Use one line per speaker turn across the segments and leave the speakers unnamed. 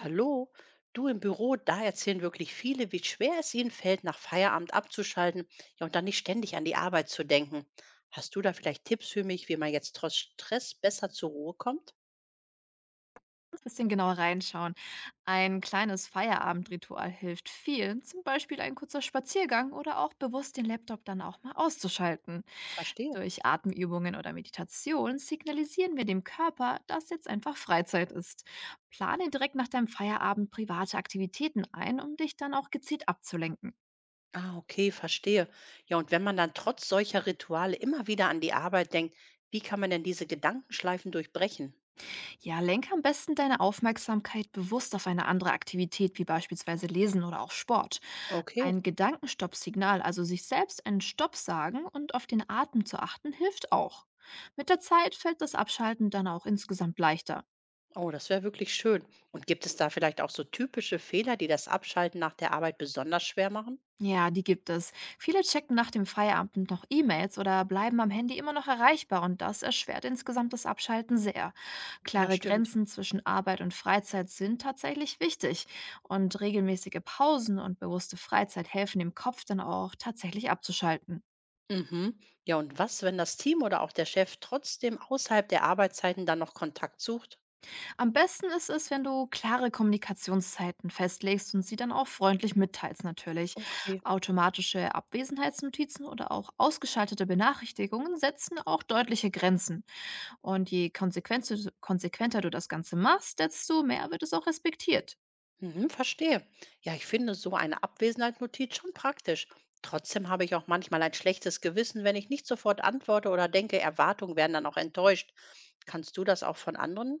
Hallo, du im Büro, da erzählen wirklich viele, wie schwer es ihnen fällt, nach Feierabend abzuschalten, ja, und dann nicht ständig an die Arbeit zu denken. Hast du da vielleicht Tipps für mich, wie man jetzt trotz Stress besser zur Ruhe kommt?
Bisschen genauer reinschauen. Ein kleines Feierabendritual hilft vielen, zum Beispiel ein kurzer Spaziergang oder auch bewusst den Laptop dann auch mal auszuschalten.
Verstehe.
Durch Atemübungen oder Meditation signalisieren wir dem Körper, dass jetzt einfach Freizeit ist. Plane direkt nach deinem Feierabend private Aktivitäten ein, um dich dann auch gezielt abzulenken.
Ah, okay, verstehe. Ja, und wenn man dann trotz solcher Rituale immer wieder an die Arbeit denkt, wie kann man denn diese Gedankenschleifen durchbrechen?
Ja, lenke am besten deine Aufmerksamkeit bewusst auf eine andere Aktivität, wie beispielsweise Lesen oder auch Sport.
Okay.
Ein Gedankenstoppsignal, also sich selbst einen Stopp sagen und auf den Atem zu achten, hilft auch. Mit der Zeit fällt das Abschalten dann auch insgesamt leichter.
Oh, das wäre wirklich schön. Und gibt es da vielleicht auch so typische Fehler, die das Abschalten nach der Arbeit besonders schwer machen?
Ja, die gibt es. Viele checken nach dem Feierabend noch E-Mails oder bleiben am Handy immer noch erreichbar und das erschwert insgesamt das Abschalten sehr.
Ja,
Klare
stimmt.
Grenzen zwischen Arbeit und Freizeit sind tatsächlich wichtig und regelmäßige Pausen und bewusste Freizeit helfen dem Kopf dann auch tatsächlich abzuschalten.
Mhm. Ja, und was, wenn das Team oder auch der Chef trotzdem außerhalb der Arbeitszeiten dann noch Kontakt sucht?
Am besten ist es, wenn du klare Kommunikationszeiten festlegst und sie dann auch freundlich mitteilst natürlich.
Okay.
Automatische Abwesenheitsnotizen oder auch ausgeschaltete Benachrichtigungen setzen auch deutliche Grenzen. Und je konsequenter du das Ganze machst, desto mehr wird es auch respektiert.
Mhm, verstehe. Ja, ich finde so eine Abwesenheitsnotiz schon praktisch. Trotzdem habe ich auch manchmal ein schlechtes Gewissen, wenn ich nicht sofort antworte oder denke, Erwartungen werden dann auch enttäuscht. Kannst du das auch von anderen?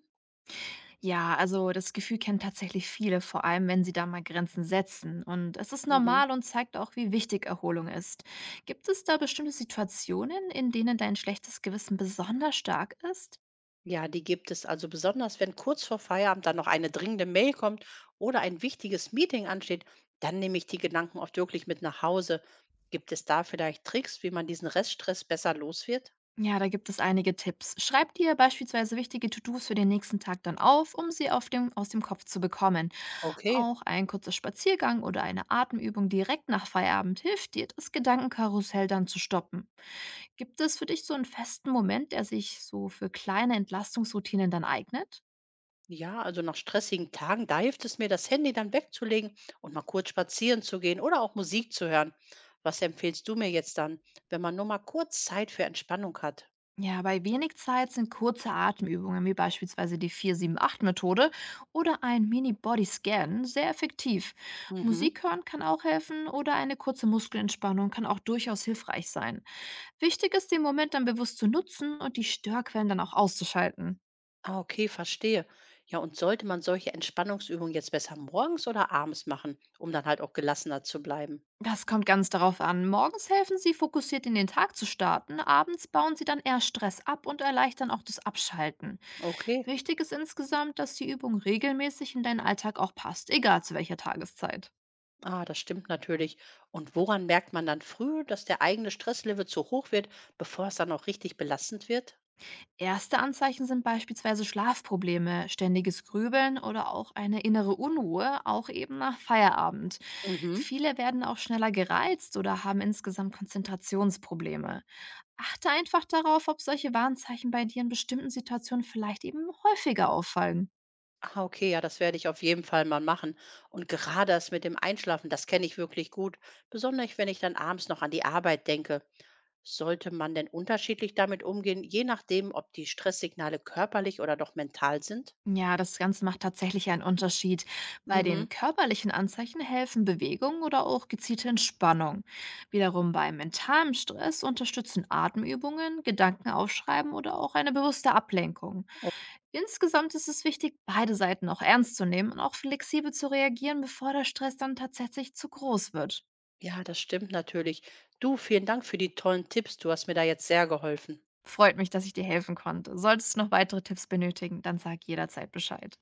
Ja, also das Gefühl kennen tatsächlich viele, vor allem wenn sie da mal Grenzen setzen. Und es ist
Mhm.
normal und zeigt auch, wie wichtig Erholung ist. Gibt es da bestimmte Situationen, in denen dein schlechtes Gewissen besonders stark ist?
Ja, die gibt es, also besonders, wenn kurz vor Feierabend dann noch eine dringende Mail kommt oder ein wichtiges Meeting ansteht, dann nehme ich die Gedanken oft wirklich mit nach Hause. Gibt es da vielleicht Tricks, wie man diesen Reststress besser los wird?
Ja, da gibt es einige Tipps. Schreib dir beispielsweise wichtige To-Dos für den nächsten Tag dann auf, um sie auf dem, aus dem Kopf zu bekommen.
Okay.
Auch ein kurzer Spaziergang oder eine Atemübung direkt nach Feierabend hilft dir, das Gedankenkarussell dann zu stoppen. Gibt es für dich so einen festen Moment, der sich so für kleine Entlastungsroutinen dann eignet?
Ja, also nach stressigen Tagen, da hilft es mir, das Handy dann wegzulegen und mal kurz spazieren zu gehen oder auch Musik zu hören. Was empfiehlst du mir jetzt dann, wenn man nur mal kurz Zeit für Entspannung hat?
Ja, bei wenig Zeit sind kurze Atemübungen wie beispielsweise die 4-7-8-Methode oder ein Mini-Body-Scan sehr effektiv. Musik
Mhm.
hören kann auch helfen oder eine kurze Muskelentspannung kann auch durchaus hilfreich sein. Wichtig ist, den Moment dann bewusst zu nutzen und die Störquellen dann auch auszuschalten.
Ah, okay, verstehe. Ja, und sollte man solche Entspannungsübungen jetzt besser morgens oder abends machen, um dann halt auch gelassener zu bleiben?
Das kommt ganz darauf an. Morgens helfen sie, fokussiert in den Tag zu starten, abends bauen sie dann eher Stress ab und erleichtern auch das Abschalten.
Okay,
Wichtig ist insgesamt, dass die Übung regelmäßig in deinen Alltag auch passt, egal zu welcher Tageszeit.
ah, das stimmt natürlich. Und woran merkt man dann früh, dass der eigene Stresslevel zu hoch wird, bevor es dann auch richtig belastend wird?
Erste Anzeichen sind beispielsweise Schlafprobleme, ständiges Grübeln oder auch eine innere Unruhe, auch eben nach Feierabend.
Mhm.
Viele werden auch schneller gereizt oder haben insgesamt Konzentrationsprobleme. Achte einfach darauf, ob solche Warnzeichen bei dir in bestimmten Situationen vielleicht eben häufiger auffallen.
Ah, okay, ja, das werde ich auf jeden Fall mal machen. Und gerade das mit dem Einschlafen, das kenne ich wirklich gut, besonders wenn ich dann abends noch an die Arbeit denke. Sollte man denn unterschiedlich damit umgehen, je nachdem, ob die Stresssignale körperlich oder doch mental sind?
Ja, das Ganze macht tatsächlich einen Unterschied. Bei den
Mhm.
körperlichen Anzeichen helfen Bewegung oder auch gezielte Entspannung. Wiederum bei mentalem Stress unterstützen Atemübungen, Gedanken aufschreiben oder auch eine bewusste Ablenkung.
Oh,
Insgesamt ist es wichtig, beide Seiten auch ernst zu nehmen und auch flexibel zu reagieren, bevor der Stress dann tatsächlich zu groß wird.
ja, das stimmt natürlich. Du, vielen Dank für die tollen Tipps. Du hast mir da jetzt sehr geholfen.
Freut mich, dass ich dir helfen konnte. Solltest du noch weitere Tipps benötigen, dann sag jederzeit Bescheid.